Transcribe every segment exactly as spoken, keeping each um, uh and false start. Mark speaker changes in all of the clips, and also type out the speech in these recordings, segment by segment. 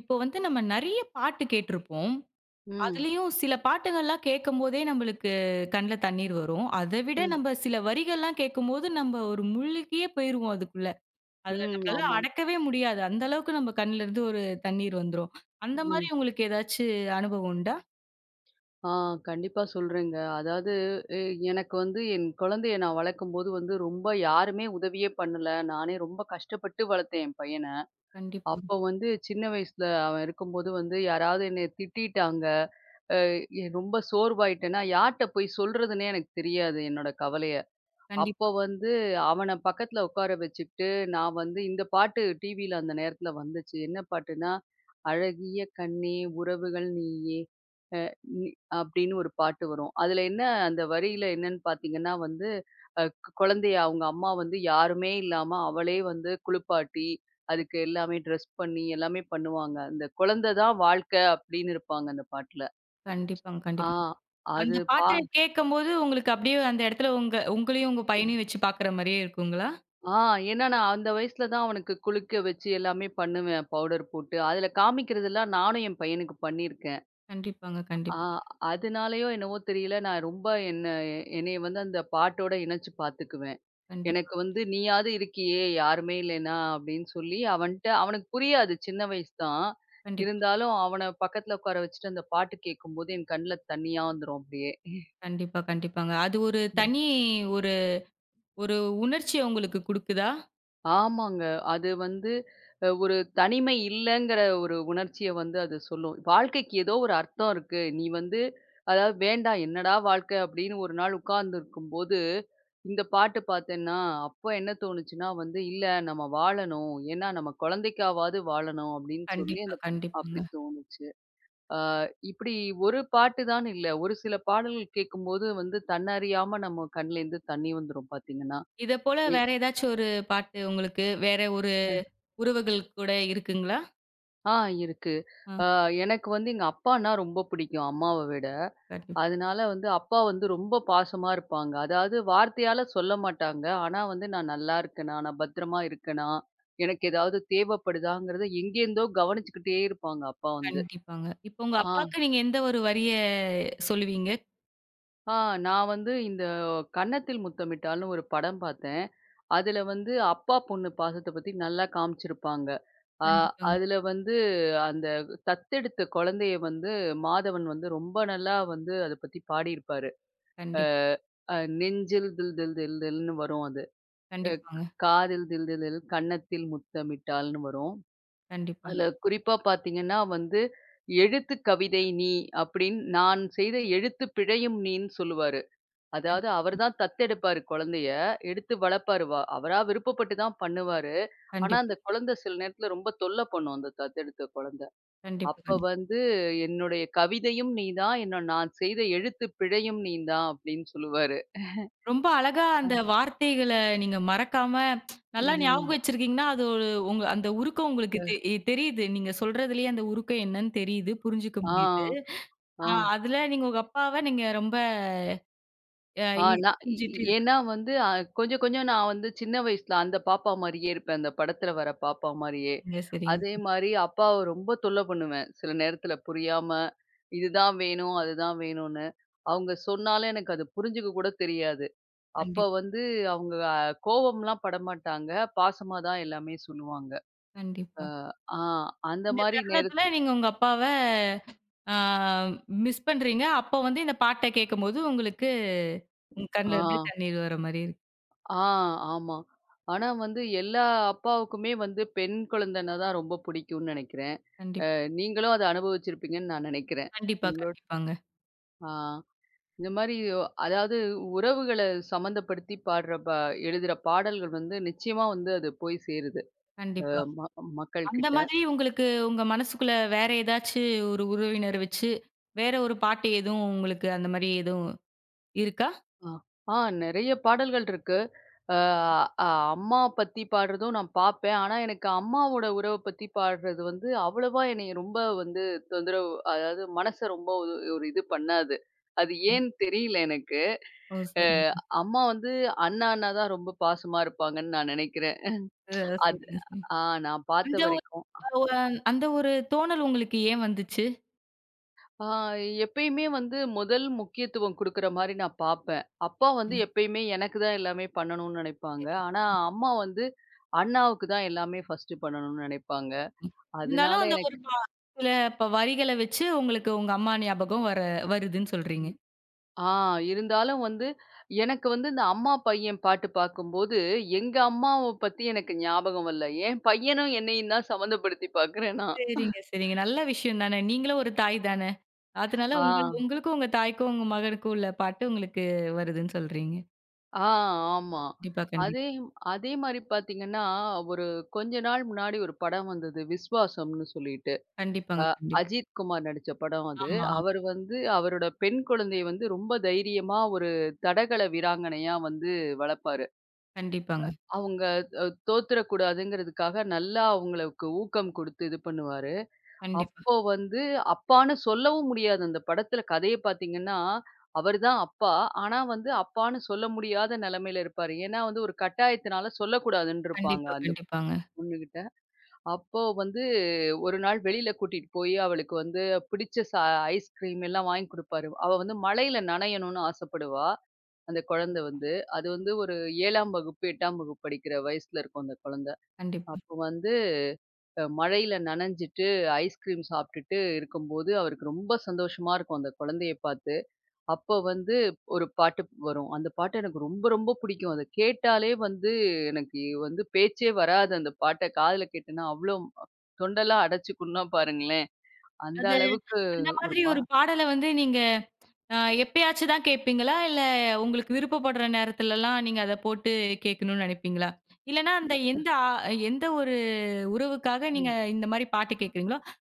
Speaker 1: இப்போ வந்து நம்ம நெறைய பாட்டு கேட்டிருப்போம்.
Speaker 2: ம்,
Speaker 1: அதுலயும் சில பாட்டுகள்லாம் கேட்கும்போதே நம்மளுக்கு கண்ல தண்ணீர் வரும். அத விட
Speaker 2: ம்,
Speaker 1: நம்ம சில வரிகள்லாம் கேட்கும்போது நம்ம ஒரு முழுகியே போயிருவோம் அதுக்குள்ள. அதுல
Speaker 2: ம்.
Speaker 1: நம்மளால
Speaker 2: ஆமா.
Speaker 1: அடக்கவே முடியாது. அந்த அளவுக்கு நம்ம கண்லருந்து ஒரு தண்ணீர் வந்துரும். அந்த மாரி
Speaker 2: ம்.
Speaker 1: உங்களுக்கு ஏதாச்சு அனுபவம் உண்டா?
Speaker 2: ஆ கண்டிப்பா சொல்றேங்க. அதாவது எ எனக்கு வந்து என் குழந்தைய நான் வளர்க்கும்போது வந்து ரொம்ப யாருமே உதவியே பண்ணல. நானே ரொம்ப கஷ்டப்பட்டு வளர்த்தேன் என் பையன.
Speaker 1: கண்டிப்பா,
Speaker 2: அப்போ வந்து சின்ன வயசுல அவன் இருக்கும்போது வந்து யாராவது என்னைய திட்டிட்டாங்க, அ எ ரொம்ப சோர்வாயிட்டேன்னா யார்ட்ட போய் சொல்றதுன்னே எனக்கு தெரியாது என்னோட கவலைய. அப்போ
Speaker 1: கண்டிப்பா,
Speaker 2: வந்து அவன பக்கத்துல உட்கார வச்சுக்கிட்டு, நான் வந்து இந்த பாட்டு டிவில அந்த நேரத்துல வந்துச்சு. என்ன பாட்டுன்னா, "அழகிய கண்ணே உறவுகள் நீயே" அ நி அப்படின்னு ஒரு பாட்டு வரும். அதுல என்ன அந்த வரியில என்னன்னு பார்த்தீங்கன்னா வந்து, அ குழந்தைய அவங்க அம்மா வந்து யாருமே இல்லாம அவளே வந்து குளிப்பாட்டி, அதுக்கு எல்லாமே ட்ரெஸ் பண்ணி எல்லாமே பண்ணுவாங்க. அந்த குழந்தை தான் வாழ்க்கை அப்படின்னு இருப்பாங்க அந்த பாட்டுல.
Speaker 1: கண்டிப்பாங்க,
Speaker 2: ஆ
Speaker 1: கண்டிப்பாங்க. அந்த
Speaker 2: அது பா
Speaker 1: பாட்ட கேட்கும்போது உங்களுக்கு அப்படியே அந்த இடத்துல உங்க உங்களையும் உங்க பையனையும் வச்சு பார்க்குற மாரியே இருக்குங்களா?
Speaker 2: ஆ. ஏன்னா நான் அந்த வயசுல தான் அவனுக்கு குளிக்க வச்சு எல்லாமே பண்ணுவேன். பவுடர் போட்டு. அதுல காமிக்கிறதெல்லாம் நானும் என் பையனுக்கு பண்ணியிருக்கேன்.
Speaker 1: கண்டிப்பாங்க,
Speaker 2: ஆ
Speaker 1: கண்டிப்பாங்க,
Speaker 2: அதனாலயோ என்னவோ தெரியல, நான் ரொம்ப என்ன என்னைய வந்து அந்த பாட்டோட இணைச்சு பார்த்துக்குவேன்.
Speaker 1: கண்டிப்பா,
Speaker 2: எனக்கு வந்து நீயாவது இருக்கியே! யாருமே இல்லன்னா அப்படின்னு சொல்லி அவன்ட்ட அவனுக்கு புரியாது சின்ன வயசு தான்.
Speaker 1: கண்டிப்பா.
Speaker 2: இருந்தாலும் அவன பக்கத்துல உட்கார வச்சுட்டு அந்த பாட்டு கேட்கும்போது என் கண்ல தண்ணீயா வந்துரும் அப்படியே.
Speaker 1: கண்டிப்பா, கண்டிப்பாங்க. அது ஒரு தனி ஒரு ஒரு உணர்ச்சிய உங்களுக்கு குடுக்குதா?
Speaker 2: ஆமாங்க. அது வந்து அ ஒரு தனிமை இல்லங்கிற ஒரு உணர்ச்சிய வந்து அது சொல்லும். வாழ்க்கைக்கு ஏதோ ஒரு அர்த்தம் இருக்கு. நீ வந்து அதாவது வேண்டாம் என்னடா வாழ்க்கை அப்படின்னு ஒரு நாள் உட்கார்ந்துருக்கும்போது, இந்த பாட்டு பார்த்தேன்னா, அப்ப என்ன தோணுச்சுன்னா வந்து, இல்ல நம்ம வாழணும். ஏன்னா நம்ம குழந்தைக்காவாவது வாழணும் அப்படின்னு சொல்லி
Speaker 1: கண்டிப்பா,
Speaker 2: அந்த அப்படி
Speaker 1: கண்டிப்பாங்க.
Speaker 2: தோணுச்சு. ஆ இப்படி ஒரு பாட்டு தான் இல்ல. ஒரு சில பாடல்கள் கேட்கும்போது வந்து தன்னறியாம நம்ம கண்லேருந்து தண்ணி வந்துரும் பார்த்தீங்கன்னா.
Speaker 1: இத போல வேற ஏதாச்சும் ஒரு பாட்டு உங்களுக்கு வேற ஒரு உறவுகள் கூட இருக்குங்களா?
Speaker 2: ஆ இருக்கு.
Speaker 1: ஆ
Speaker 2: அ எனக்கு வந்து எங்க அப்பான்னா ரொம்ப பிடிக்கும் அம்மாவ விட.
Speaker 1: கண்டிப்
Speaker 2: அதனால வந்து அப்பா வந்து ரொம்ப பாசமா இருப்பாங்க. அதாவது வார்த்தையால சொல்ல மாட்டாங்க. ஆனா வந்து நான் நல்லா இருக்கேனா, நான் பத்திரமா இருக்கேனா, எனக்கு ஏதாவது தேவைப்படுதாங்கிறத எங்கேருந்தோ கவனிச்சுக்கிட்டே இருப்பாங்க அப்பா வந்து.
Speaker 1: கண்டிப்பாங்க. இப்போ உங்க
Speaker 2: ஆ
Speaker 1: அப்பாக்கு நீங்க எந்த ஒரு வரிய சொல்லுவீங்க?
Speaker 2: ஆ நான் வந்து இந்த கன்னத்தில் முத்தமிட்டால்னு ஒரு படம் பார்த்தேன். அதுல வந்து அப்பா, பொண்ணு பாசத்த பத்தி நல்லா காமிச்சிருப்பாங்க. அ
Speaker 1: கண்டிப்பாங்க.
Speaker 2: அதுல வந்து அந்த தத்தெடுத்த குழந்தைய வந்து மாதவன் வந்து ரொம்ப நல்லா வந்து அத பத்தி பாடியிருப்பாரு. அ
Speaker 1: கண்டிப்
Speaker 2: அ நெஞ்சில் தில் தில் தில் தில்னு வரும் அது. அ
Speaker 1: கண்டிப்பாங்க.
Speaker 2: காதில் தில் தில் தில், கன்னத்தில் முத்தமிட்டால்னு வரும்.
Speaker 1: கண்டிப்பா.
Speaker 2: அதுல குறிப்பா பார்த்தீங்கன்னா வந்து, எழுத்து கவிதை நீ அப்படின்னு நான் செய்த எழுத்து பிழையும் நீன்னு சொல்லுவாரு. அதாவது
Speaker 1: கண்டிப்பா,
Speaker 2: அவர்
Speaker 1: கண்டிப்பா.
Speaker 2: தான் தத்தெடுப்பாரு குழந்தைய. எடுத்து வளர்ப்பாரு. வ அவரா விருப்பப்பட்டு தான் பண்ணுவாரு. ஆனா,
Speaker 1: கண்டிப்பா,
Speaker 2: அந்த
Speaker 1: கண்டிப்பா.
Speaker 2: குழந்தை சில நேரத்துல ரொம்ப தொல்ல பண்ணும், அந்த தத்தெடுத்த குழந்தை.
Speaker 1: கண்டிப்பா.
Speaker 2: அப்ப வந்து, "என்னுடைய கவிதையும் நீ தான். என்ன நான் செய்த எழுத்து பிழையும் நீ தான்" அப்படின்னு சொல்லுவாரு.
Speaker 1: ரொம்ப அழகா அந்த வார்த்தைகள நீங்க மறக்காம, நல்லா ஞாபகம்
Speaker 2: ம்.
Speaker 1: வச்சிருக்கீங்கன்னா, அது ஒரு உங்க அந்த உருக்கம் உங்களுக்கு தெ
Speaker 2: அ.
Speaker 1: இ- தெரியுது. நீங்க சொல்றதுலயே அந்த உருக்கம் என்னன்னு தெரியுது. புரிஞ்சுக்க
Speaker 2: ஆ.
Speaker 1: முடியுது.
Speaker 2: ஆ.
Speaker 1: ஆ அதுல நீங்க உங்க அப்பாவ நீங்க ரொம்ப அ
Speaker 2: ஆ
Speaker 1: இ
Speaker 2: நான் ஏ
Speaker 1: புரிஞ்சுட்டு இது
Speaker 2: ஏன்னா வந்து அ கொஞ்சம் கொஞ்சம் நான் வந்து சின்ன வயசுல அந்த பாப்பா மாரியே இருப்பேன். அந்த படத்துல வர பாப்பா மாரியே.
Speaker 1: பண்ணிட்டீங்க.
Speaker 2: அதே
Speaker 1: சரிங்க.
Speaker 2: மாரி அப்பாவ ரொம்ப தொல்ல பண்ணுவேன். சில நேரத்துல புரியாம, இதுதான் வேணும், அதுதான் வேணும்னு. அவங்க சொன்னாலும் எனக்கு அது புரிஞ்சுக்க கூட தெரியாது. அப்ப
Speaker 1: கண்டிப்பா,
Speaker 2: வந்து அவங்க அ கோவம்லாம் படமாட்டாங்க. பாசமா தான் எல்லாமே சொல்லுவாங்க. அ
Speaker 1: கண்டிப்பா.
Speaker 2: ஆ அந்த
Speaker 1: இந்த
Speaker 2: மாரி
Speaker 1: தருணத்துல
Speaker 2: நேரத்து
Speaker 1: நீங்க உங்க அப்பாவ ஆ மிஸ் பண்றீங்க. அப்போ வந்து இந்த பாட்ட கேட்கும்போது உங்களுக்கு உங்க
Speaker 2: ஆ,
Speaker 1: கண்ல இருந்து தண்ணீர் வர மாரி இருக்கு.
Speaker 2: ஆ ஆமா. ஆனா வந்து எல்லா அப்பாவுக்குமே வந்து பெண் குழந்தைன்னா தான் ரொம்ப பிடிக்கும்னு நெனைக்கிறேன்.
Speaker 1: கண்டிப்பா,
Speaker 2: நீங்களும் அத அனுபவிச்சிருப்பீங்கன்னு நான் நினைக்கிறேன்.
Speaker 1: கண்டிப்பா,
Speaker 2: உங்களோட
Speaker 1: கண்டிப்பாங்க.
Speaker 2: ஆ இந்த மாரி அதாவது உறவுகள சம்மந்தப்படுத்தி பாடுற ப எழுதுற பாடல்கள் வந்து நிச்சயமா வந்து அது போய் சேருது. அ
Speaker 1: கண்டிப்பா.
Speaker 2: ம
Speaker 1: அந்த
Speaker 2: மக்கள்கிட்ட.
Speaker 1: மாதிரி உங்களுக்கு உங்க மனசுக்குள்ள வேற ஏதாச்சு ஒரு உறவினர் வச்சு, வேற ஒரு பாட்டு எதுவும் உங்களுக்கு அந்த மாரி எதுவும் இருக்கா?
Speaker 2: ஆ. ஆ நெறைய பாடல்கள் இருக்கு. அ அ அம்மா பத்தி பாடுறதும் நான் பாப்பேன். ஆனா, எனக்கு அம்மாவோட உறவ பத்தி பாடுறது வந்து அவ்வளவா என்னைய ரொம்ப வந்து தொந்தரவு அதாவது மனச ரொம்ப ஒரு ஒரு இது பண்ணாது. அது ஏன்னு தெரியல எனக்கு.
Speaker 1: ஓ!
Speaker 2: அ
Speaker 1: சரிங்க.
Speaker 2: அம்மா வந்து அண்ணா அண்ணா தான் ரொம்ப பாசமா இருப்பாங்கன்னு நான் நெனைக்கிறேன்.
Speaker 1: அ
Speaker 2: அது
Speaker 1: சரிங்க, சரிங்க.
Speaker 2: ஆ நான் பார்த்த
Speaker 1: அந்த ஒரு
Speaker 2: வரைக்கும்.
Speaker 1: அ அந்த ஒரு தோணல் உங்களுக்கு ஏன் வந்துச்சு?
Speaker 2: ஆ எப்பயுமே வந்து முதல் முக்கியத்துவம் குடுக்குற மாரி நான் பாப்பேன். அப்பா வந்து
Speaker 1: ம்.
Speaker 2: எப்பயுமே எனக்கு தான் எல்லாமே பண்ணணும்னு நினைப்பாங்க.
Speaker 1: சரிங்க.
Speaker 2: ஆனா, அம்மா வந்து அண்ணாவுக்கு தான் எல்லாமே ஃபர்ஸ்ட் பண்ணணும்னு நினைப்பாங்க. அதனால
Speaker 1: இருந்தாலும் அந்த ஒரு
Speaker 2: எனக்கு
Speaker 1: பா சில ப வரிகள வச்சு உங்களுக்கு உங்க அம்மா ஞாபகம் வர வருதுன்னு சொல்றீங்க.
Speaker 2: ஆ இருந்தாலும் வந்து எனக்கு வந்து இந்த அம்மா பையன் பாட்டு பார்க்கும்போது, எங்க அம்மாவ பத்தி எனக்கு ஞாபகம் வரல. என் பையனும் என்னையும் தான் சம்மந்தப்படுத்தி பார்க்குறேன் நான்.
Speaker 1: சரிங்க, சரிங்க. நல்ல விஷயம் தானே. நீங்களும் ஒரு தாய் தானே. அதனால உங்க
Speaker 2: ஆ,
Speaker 1: உங்களுக்கும் உங்க தாய்க்கும் உங்க மகனுக்கும் உள்ள பாட்டு உங்களுக்கு வருதுன்னு சொல்றீங்க.
Speaker 2: ஆ ஆமா.
Speaker 1: கண்டிப்பா, கண்டிப்பா.
Speaker 2: அதே அதே மாரி பார்த்தீங்கன்னா, ஒரு கொஞ்ச நாள் முன்னாடி ஒரு படம் வந்தது. விஸ்வாசம்னு சொல்லிட்டு.
Speaker 1: கண்டிப்பாங்க,
Speaker 2: அ
Speaker 1: கண்டிப்பா.
Speaker 2: அஜித் குமார் நடிச்ச படம் அது.
Speaker 1: ஆமா.
Speaker 2: அவரு வந்து அவரோட பெண் குழந்தைய வந்து ரொம்ப தைரியமா ஒரு தடகள வீராங்கனையா வந்து வளர்ப்பாரு.
Speaker 1: கண்டிப்பாங்க.
Speaker 2: அவங்க அ தோத்துறக்கூடாதுங்கிறதுக்காக நல்லா அவங்களுக்கு ஊக்கம் குடுத்து இது பண்ணுவாரு.
Speaker 1: கண்டிப்பா,
Speaker 2: அப்போ வந்து அப்பான்னு சொல்லவும் முடியாது. அந்த படத்துல கதைய பார்த்தீங்கன்னா, அவரு தான் அப்பா. ஆனா வந்து அப்பான்னு சொல்ல முடியாத நெலைமையில இருப்பாரு. ஏன்னா வந்து ஒரு கட்டாயத்தினால சொல்லக்கூடாதுன்னு இருப்பாங்க
Speaker 1: கண்டிப்பா,
Speaker 2: அந்த
Speaker 1: கண்டிப்பாங்க.
Speaker 2: பொண்ணுகிட்ட. அப்போ வந்து ஒரு நாள் வெளியில கூட்டிட்டு போய் அவளுக்கு வந்து பிடிச்ச ச ஐஸ்கிரீம் எல்லாம் வாங்கி குடுப்பாரு. அவ வந்து மழையில நனையணும்னு ஆசைப்படுவா. அந்த குழந்தை வந்து. அது வந்து ஒரு ஏழாம் வகுப்பு, எட்டாம் வகுப்பு படிக்கிற வயசுல இருக்கும் அந்த குழந்தை.
Speaker 1: கண்டிப்பா.
Speaker 2: அப்போ வந்து அ மழையில நனைஞ்சிட்டு ஐஸ்கிரீம் சாப்பிட்டுட்டு இருக்கும்போது, அவருக்கு ரொம்ப சந்தோஷமா இருக்கும் அந்த குழந்தைய பார்த்து. அப்போ வந்து ஒரு பாட்டு வரும். அந்த பாட்டு எனக்கு ரொம்ப, ரொம்ப பிடிக்கும். அத கேட்டாலே வந்து எனக்கு வந்து பேச்சே வராது. அந்த பாட்ட காதுல கேட்டேன்னா, அவ்ளோ தொண்டெல்லாம் அடைச்சுக்கும்னா பாருங்களேன். அந்த
Speaker 1: அது
Speaker 2: அளவுக்கு
Speaker 1: அந்த
Speaker 2: ஒரு
Speaker 1: மாதிரி
Speaker 2: பா
Speaker 1: ஒரு பாடல வந்து நீங்க அ எப்பயாச்சும் தான் கேட்பீங்களா? இல்ல உங்களுக்கு விருப்பப்படுற நேரத்துலலாம் நீங்க அத போட்டு கேட்கணும்னு நினைப்பீங்களா? இல்லன்னா அந்த எந்த ஆ எந்த ஒரு உறவுக்காக நீங்க
Speaker 2: ம்.
Speaker 1: இந்த மாரி பாட்டு கேட்கிறீங்களோ,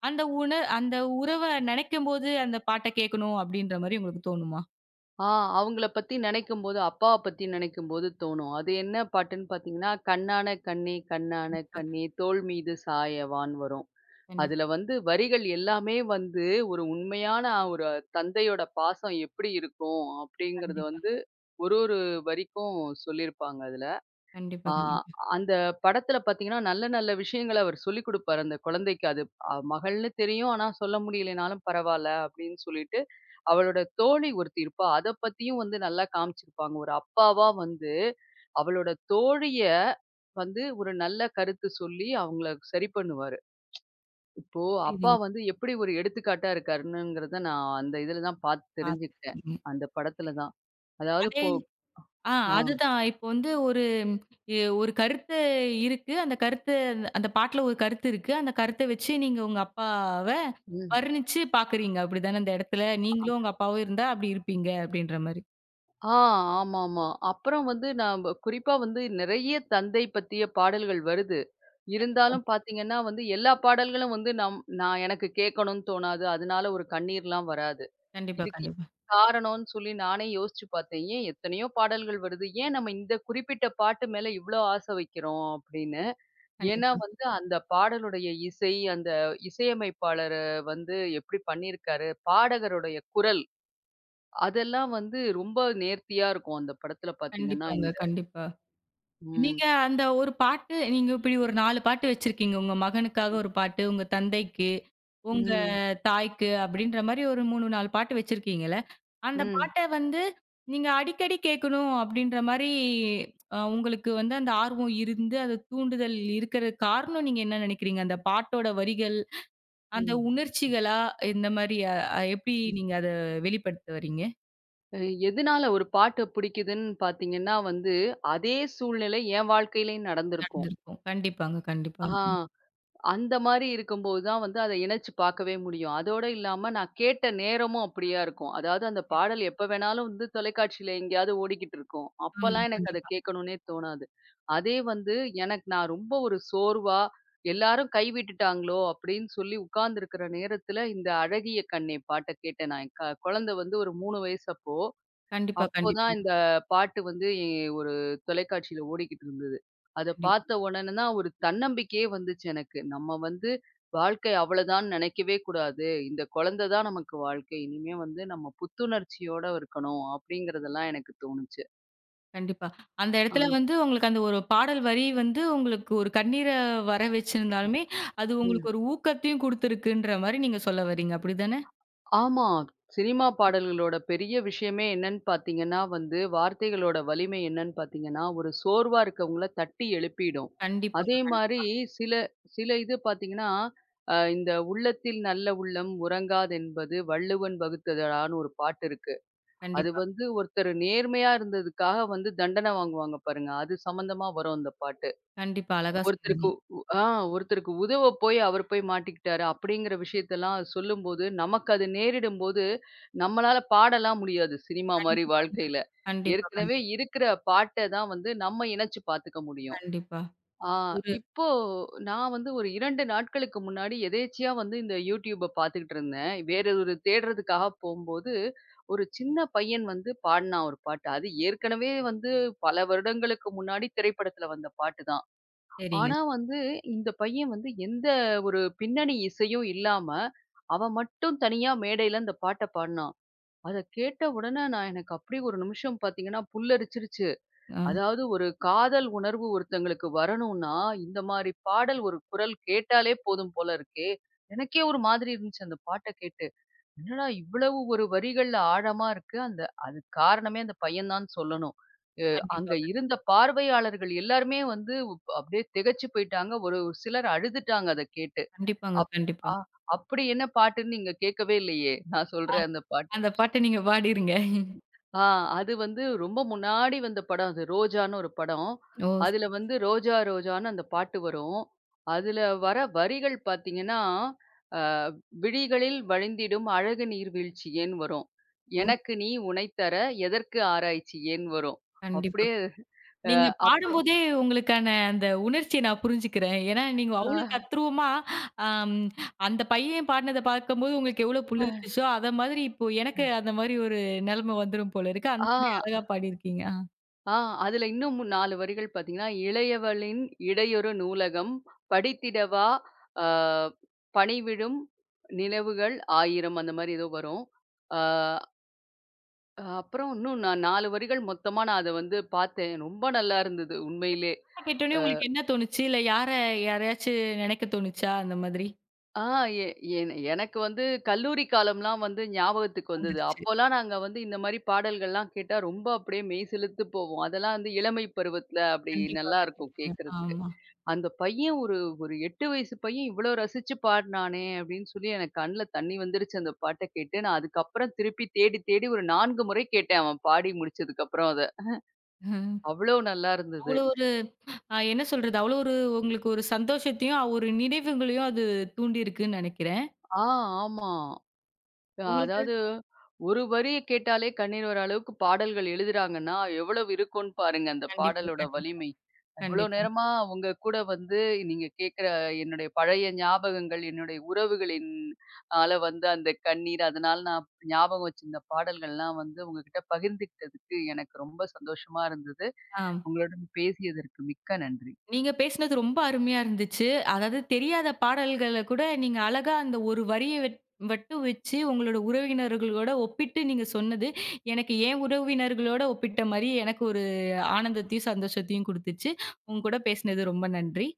Speaker 1: அந்த உண அந்த உறவ நினைக்கும்போது அந்த பாட்ட கேட்கணும் அப்டின்ற மாரி உங்களுக்கு தோணுமா?
Speaker 2: ஆ அவங்கள பத்தி நினைக்கும்போது, அப்பாவ பத்தி நினைக்கும்போது தோணும். அது என்ன பாட்டுன்னு பார்த்தீங்கன்னா, "கண்ணான கண்ணே கண்ணான
Speaker 1: கண்டிப்பா,
Speaker 2: கண்ணே தோள் மீது சாயவான்னு" வரும்.
Speaker 1: கண்டிப்பா,
Speaker 2: அதுல வந்து வரிகள் எல்லாமே வந்து ஒரு உண்மையான ஒரு தந்தையோட பாசம் எப்படி இருக்கும் அப்படிங்கறது வந்து
Speaker 1: கண்டிப்பாங்க.
Speaker 2: ஒரு ஒரு வரிக்கும் சொல்லியிருப்பாங்க அதுல.
Speaker 1: கண்டிப்பா,
Speaker 2: ஆ
Speaker 1: கண்டிப்பா.
Speaker 2: அந்த படத்துல பார்த்தீங்கன்னா, நல்ல நல்ல விஷயங்கள அவர் சொல்லிக் குடுப்பாரு அந்த குழந்தைக்கு. அது அ மகள்னு தெரியும். ஆனா சொல்ல முடியலைனாலும் பரவால்ல அப்படின்னு சொல்லிட்டு, அவளோட தோழி ஒருத்தி இருப்பா. அத பத்தியும் வந்து நல்லா காமிச்சிருப்பாங்க. ஒரு அப்பாவா வந்து அவளோட தோழிய வந்து ஒரு நல்ல கருத்து சொல்லி அவங்கள சரி பண்ணுவாரு. இப்போ அப்பா
Speaker 1: புரியுதுங்க.
Speaker 2: வந்து எப்படி ஒரு எடுத்துக்காட்டா இருக்காருன்னுங்கிறத நான் அந்த இதுல தான் பார்த்து தெரிஞ்சுக்கிட்டேன்.
Speaker 1: பாத்துருக்கேங்க.
Speaker 2: அந்த படத்துல தான். அதாவது
Speaker 1: அதே
Speaker 2: இப்போ
Speaker 1: ஆ
Speaker 2: ஆ,
Speaker 1: அதுதான். இப்போ வந்து ஒரு எ ஒரு கருத்து இருக்கு. அந்த கருத்து அந்த அந்த பாட்டுல ஒரு கருத்து இருக்கு. அந்த கருத்த வச்சு நீங்க உங்க அப்பாவ
Speaker 2: ம்.
Speaker 1: வர்ணிச்சு பார்க்குறீங்க. அப்படிதானே அந்த இடத்துல? நீங்களும் உங்க அப்பாவும் இருந்தா அப்படி இருப்பீங்க அப்படின்ற மாரி.
Speaker 2: ஆ ஆமாமா. அப்புறம் வந்து நான் வ- குறிப்பா வந்து நிறைய தந்தை பத்திய பாடல்கள் வருது.
Speaker 1: கண்டிப்பா.
Speaker 2: இருந்தாலும் பார்த்தீங்கன்னா வந்து எல்லா பாடல்களும் வந்து நம் நான் எனக்கு கேட்கணும்னு தோணாது. அதனால ஒரு கண்ணீர்லாம் வராது.
Speaker 1: கண்டிப்பா,
Speaker 2: இதுக்கு என்ன
Speaker 1: கண்டிப்பா.
Speaker 2: காரணம்னு சொல்லி நானே யோசிச்சு பார்த்தேன். ஏன் எத்தனையோ பாடல்கள் வருது. ஏன் நம்ம இந்த குறிப்பிட்ட பாட்டு மேல இவ்ளோ ஆசை வைக்கிறோம் அப்படின்னு. ஏன்னா
Speaker 1: கண்டிப்பா.
Speaker 2: வந்து அந்த பாடலுடைய இசை, அந்த இசையமைப்பாளரு வந்து எப்படி பண்ணியிருக்காரு, பாடகருடைய குரல் அதெல்லாம் வந்து ரொம்ப நேர்த்தியா இருக்கும். அந்த படத்துல பாத்தீங்கன்னா
Speaker 1: கண்டிப்பாங்க.
Speaker 2: இந்த
Speaker 1: கண்டிப்பா.
Speaker 2: ம்,
Speaker 1: நீங்க அந்த ஒரு பாட்டு நீங்க இப்படி ஒரு நான்கு பாட்டு வச்சிருக்கீங்க. உங்க மகனுக்காக ஒரு பாட்டு, உங்க தந்தைக்கு, உங்க
Speaker 2: ம்,
Speaker 1: தாய்க்கு அப்படின்ற மாரி ஒரு மூன்று, நான்கு பாட்டு வச்சிருக்கீங்கல்ல. அந்த
Speaker 2: ம்,
Speaker 1: பாட்ட வந்து நீங்க அடிக்கடி கேட்கணும் அப்படின்ற மாரி அ உங்களுக்கு வந்து அந்த ஆர்வம் இருந்து, அது தூண்டுதல் இருக்கிற காரணம் நீங்க என்ன நினைக்கிறீங்க? அந்த பாட்டோட வரிகள், அந்த
Speaker 2: ம்,
Speaker 1: உணர்ச்சிகளா? இந்த மாரி அ எப்படி
Speaker 2: ம்.
Speaker 1: நீங்க அத வெளிப்படுத்த வரீங்க?
Speaker 2: அ எதனால ஒரு பாட்டு பிடிக்குதுன்னு பாத்தீங்கன்னா வந்து, அதே சூழ்நிலை என் வாழ்க்கையிலயும் நடந்திருக்கும்.
Speaker 1: நடந்திருக்கும். கண்டிப்பாங்க, கண்டிப்பா.
Speaker 2: ஆ.
Speaker 1: ம்.
Speaker 2: அந்த மாரி இருக்கும்போது தான் வந்து அத இணைச்சு பார்க்கவே முடியும். அதோட இல்லாம நான் கேட்ட நேரமும் அப்படியா இருக்கும். அதாவது அந்த பாடல் எப்ப வேணாலும் வந்து தொலைக்காட்சியில எங்கேயாவது ஓடிக்கிட்டு இருக்கும்.
Speaker 1: ஆமா.
Speaker 2: அப்பல்லாம் எனக்கு அத
Speaker 1: கண்டிப்பா.
Speaker 2: கேட்கணும்னே தோணாது. அதே வந்து எனக்கு நான் ரொம்ப ஒரு சோர்வா, எல்லாரும் கைவிட்டுட்டாங்களோ அப்படின்னு சொல்லி உட்கார்ந்திருக்கிற நேரத்துல இந்த அழகிய கண்ணே பாட்ட கேட்டேன் நான். என் க குழந்தை வந்து ஒரு மூணு வயசு அப்போ.
Speaker 1: கண்டிப்பா,
Speaker 2: அப்போதான்
Speaker 1: கண்டிப்பாங்க.
Speaker 2: இந்த பாட்டு வந்து எ ஒரு தொலைக்காட்சியில ஓடிக்கிட்டு இருந்தது. அத
Speaker 1: கண்டிப்பா.
Speaker 2: பார்த்த உடனே தான் ஒரு தன்னம்பிக்கையே வந்துச்சு எனக்கு. நம்ம வந்து வாழ்க்கை அவ்வளோதான்னு நெனைக்கவே கூடாது. இந்த குழந்தை தான் நமக்கு வாழ்க்கை. இனிமே வந்து நம்ம புத்துணர்ச்சியோட இருக்கணும், அப்படிங்கிறதெல்லாம் எனக்கு தோணுச்சு.
Speaker 1: கண்டிப்பா. அந்த
Speaker 2: ஆ.
Speaker 1: இடத்துல வந்து உங்களுக்கு அந்த ஒரு பாடல் வரி வந்து உங்களுக்கு ஒரு கண்ணீர வர வச்சிருந்தாலுமே, அது
Speaker 2: ம்.
Speaker 1: உங்களுக்கு ஒரு ஊக்கத்தையும் குடுத்துருக்குன்ற மாரி நீங்க சொல்ல வரீங்க. அப்படிதானே?
Speaker 2: ஆமா. சினிமா பாடல்களோட பெரிய விஷயமே என்னன்னு பார்த்தீங்கன்னா வந்து, வார்த்தைகளோட வலிமை என்னன்னு பார்த்தீங்கன்னா, ஒரு சோர்வா இருக்கவங்கள தட்டி எழுப்பிடும்.
Speaker 1: கண்டிப்பாங்க.
Speaker 2: அதே மாரி
Speaker 1: கண்டிப்பா.
Speaker 2: சில சில இது பார்த்தீங்கன்னா, அ இந்த "உள்ளத்தில் நல்ல உள்ளம் உறங்காதென்பது வள்ளுவன் வகுத்ததடான்னு" ஒரு பாட்டு இருக்கு. அது
Speaker 1: கண்டிப்பா.
Speaker 2: வந்து ஒருத்தர் நேர்மையா இருந்ததுக்காக வந்து தண்டனை வாங்குவாங்க பாருங்க. அது சம்மந்தமா வரும் அந்த பாட்டு.
Speaker 1: கண்டிப்பா. அழகா
Speaker 2: ஒருத்தருக்கு
Speaker 1: சொன்னீங்க.
Speaker 2: உ ஆ ஒருத்தருக்கு உதவ போய் அவர் போய் மாட்டிக்கிட்டாரு அப்படிங்கிற விஷயத்தெல்லாம் சொல்லும்போது, நமக்கு அது நேரிடும்போது, நம்மளால பாடலாம் முடியாது. சினிமா மாரி
Speaker 1: கண்டிப்பாங்க.
Speaker 2: வாழ்க்கையில.
Speaker 1: கண்டிப்பா,
Speaker 2: ஏற்கனவே
Speaker 1: கண்டிப்பா,
Speaker 2: இருக்கிற பாட்ட தான் வந்து நம்ம இணச்சு பார்த்துக்க முடியும்.
Speaker 1: கண்டிப்பா.
Speaker 2: ஆ
Speaker 1: ஒரு
Speaker 2: இப்போ நான் வந்து ஒரு இரண்டு நாட்களுக்கு முன்னாடி எதேர்ச்சையா வந்து இந்த YouTubeப பார்த்துக்கிட்டு இருந்தேன். வேற ஒரு தேடுறதுக்காக போம்போது, ஒரு சின்ன பையன் வந்து பாடுனான் ஒரு பாட்டு. அது ஏற்கனவே வந்து பல வருடங்களுக்கு முன்னாடி திரைப்படத்துல வந்த பாட்டு தான்.
Speaker 1: சரிங்க.
Speaker 2: ஆனா வந்து, இந்த பையன் வந்து எந்த ஒரு பின்னணி இசையும் இல்லாம, அவன் மட்டும் தனியா மேடையில அந்த பாட்ட பாடுனான். அத கேட்ட உடனே நான் எனக்கு அப்படியே ஒரு நிமிஷம் பார்த்தீங்கன்னா, புல்லரிச்சிருச்சு.
Speaker 1: ஆ
Speaker 2: அதாவது ஒரு காதல் உணர்வு ஒருத்தங்களுக்கு வரணும்னா, இந்த மாரி பாடல் ஒரு குரல் கேட்டாலே போதும் போல இருக்கே! எனக்கே ஒரு மாதிரி இருந்துச்சு அந்த பாட்ட கேட்டு. என்னடா இவ்வளவு ஒரு வரிகள்ல ஆழமா இருக்கு. அந்த அதுக்கு காரணமே அந்த பையன் தான் சொல்லணும். அ அங்க
Speaker 1: கண்டிப்பா.
Speaker 2: இருந்த பார்வையாளர்கள் எல்லாருமே வந்து உப் அப்படியே திகைச்சு போயிட்டாங்க. ஒரு சிலர் அழுதுட்டாங்க அத கேட்டு.
Speaker 1: கண்டிப்பாங்க.
Speaker 2: அப்
Speaker 1: கண்டிப்பா.
Speaker 2: அ அப்படி என்ன பாட்டுன்னு நீங்க கேட்கவே இல்லையே! நான் சொல்ற அந்த பாட்டு.
Speaker 1: அந்த பாட்ட நீங்க பாடிருங்க.
Speaker 2: ஆ அது வந்து ரொம்ப முன்னாடி வந்த படம் அது. ரோஜான்னு ஒரு படம்.
Speaker 1: ஓ!
Speaker 2: அதுல
Speaker 1: சரிங்க.
Speaker 2: வந்து ரோஜா ரோஜான்னு அந்த பாட்டு வரும். அதுல வர வரிகள் பார்த்தீங்கன்னா, அ "விழிகளில் வழிந்திடும் அழகு நீர்வீழ்ச்சி ஏன்" வரும்.
Speaker 1: ஓ!
Speaker 2: "எனக்கு நீ உனை தர எதற்கு ஆராய்ச்சி ஏன்" வரும்.
Speaker 1: கண்டிப்பா.
Speaker 2: அப்படியே அ
Speaker 1: நீங்க
Speaker 2: அப்புறம்
Speaker 1: பாடும்போதே உங்களுக்கான அந்த உணர்ச்சிய நான் புரிஞ்சுக்கிறேன். ஏன்னா, நீங்க அவ்ளோ
Speaker 2: ஆ.
Speaker 1: தத்ரூவமா அம் அந்த பையன் பாடுனத பார்க்கும்போது உங்களுக்கு எவ்ளோ புளிர்ச்சிச்சோ, அத மாதிரி இப்போ எனக்கு அந்த மாரி ஒரு நெலைம வந்துரும் போல இருக்கு. அந்த
Speaker 2: ஆ.
Speaker 1: மாரி அழகா பாடியிருக்கீங்க. ஆ.
Speaker 2: ஆ அதுல இன்னும் நாலு வரிகள் பாத்தீங்கன்னா, "இளையவளின் இடையொரு நூலகம் படித்திடவா அ பணிவிடும் நினைவுகள் ஆயிரம்" அந்த மாரி ஏதோ வரும். ஆ அப்புறம் இன்னும் நான் நாலு வரிகள் மொத்தமா நான் அத வந்து பாத்தேன். ரொம்ப நல்லா இருந்தது உண்மையிலே.
Speaker 1: பாட்டு கேட்டோனே
Speaker 2: அ
Speaker 1: உங்களுக்கு என்ன தோணுச்சு? இல்ல யார யாரையாச்சும் நெனைக்க தோணுச்சா? அந்த மாதிரி
Speaker 2: ஆ எ என எனக்கு வந்து கல்லூரி காலம்லாம் வந்து ஞாபகத்துக்கு வந்தது.
Speaker 1: வந்துருச்சு.
Speaker 2: அப்போலாம் நாங்க வந்து இந்த மாரி பாடல்கள்லாம் கேட்டா ரொம்ப அப்படியே மெய் சிலுத்து போவோம். அதெல்லாம் வந்து இளமை பருவத்துல அப்படி
Speaker 1: கண்டிப்பா,
Speaker 2: நல்லாருக்கும்
Speaker 1: கண்டிப்பாங்க.
Speaker 2: கேட்கறதுக்கு.
Speaker 1: ஆமா.
Speaker 2: அந்த பையன் ஒரு ஒரு எட்டு வயசு பையன் இவ்ளோ ரசிச்சு பாடுனானே! அப்படின்னு சொல்லி எனக்கு கண்ல தண்ணி வந்துருச்சு அந்த பாட்ட கேட்டு. நான் அதுக்கப்புறம் திருப்பி தேடி தேடி ஒரு நான்கு முறை கேட்டேன் அவன் பாடி முடிச்சதுக்கப்புறம் அத. அவ்ளோ நல்லா இருந்தது.
Speaker 1: அவ்ளோ ஒரு அ என்ன சொல்றது? அவ்ளோ ஒரு உங்களுக்கு ஒரு சந்தோஷத்தையும், ஒரு நினைவுகளையும் அது தூண்டியிருக்குன்னு நெனைக்கிறேன்.
Speaker 2: ஆ, ஆமா. அ
Speaker 1: உங்களுக்கு
Speaker 2: அதாவது, ஒரு வரிய கேட்டாலே கண்ணீர் வர அளவுக்கு பாடல்கள் எழுதுறாங்கன்னா, எவ்வளவு இருக்கும்ன்னு பாருங்க அந்த
Speaker 1: கண்டிப்பா,
Speaker 2: பாடலோட
Speaker 1: கண்டிப்பா,
Speaker 2: வலிமை. எவ்வளோ
Speaker 1: கண்டிப்பா.
Speaker 2: நேரமா உங்க கூட வந்து நீங்க கேட்குற என்னுடைய பழைய ஞாபகங்கள், என்னுடைய உறவுகளின் ஆல வந்து அந்த கண்ணீர், அதனால நான் ஞாபகம் வச்சிருந்த பாடல்கள்லாம் வந்து உங்ககிட்ட பகிர்ந்துக்கிட்டதுக்கு எனக்கு ரொம்ப சந்தோஷமா இருந்தது.
Speaker 1: ஆம்.
Speaker 2: உங்களுடன் பேசியதற்கு மிக்க நன்றி.
Speaker 1: நீங்க பேசினது ரொம்ப அருமையா இருந்துச்சு. அதாவது தெரியாத பாடல்கள கூட நீங்க அழகா அந்த ஒரு வரிய வட் மட்டும் வச்சு உங்களோட உறவினர்களோட ஒப்பிட்டு நீங்க சொன்னது, எனக்கு என் உறவினர்களோட ஒப்பிட்ட மாரி எனக்கு ஒரு ஆனந்தத்தையும், சந்தோஷத்தையும் குடுத்துச்சு. உங்க கூட பேசினது ரொம்ப நன்றி.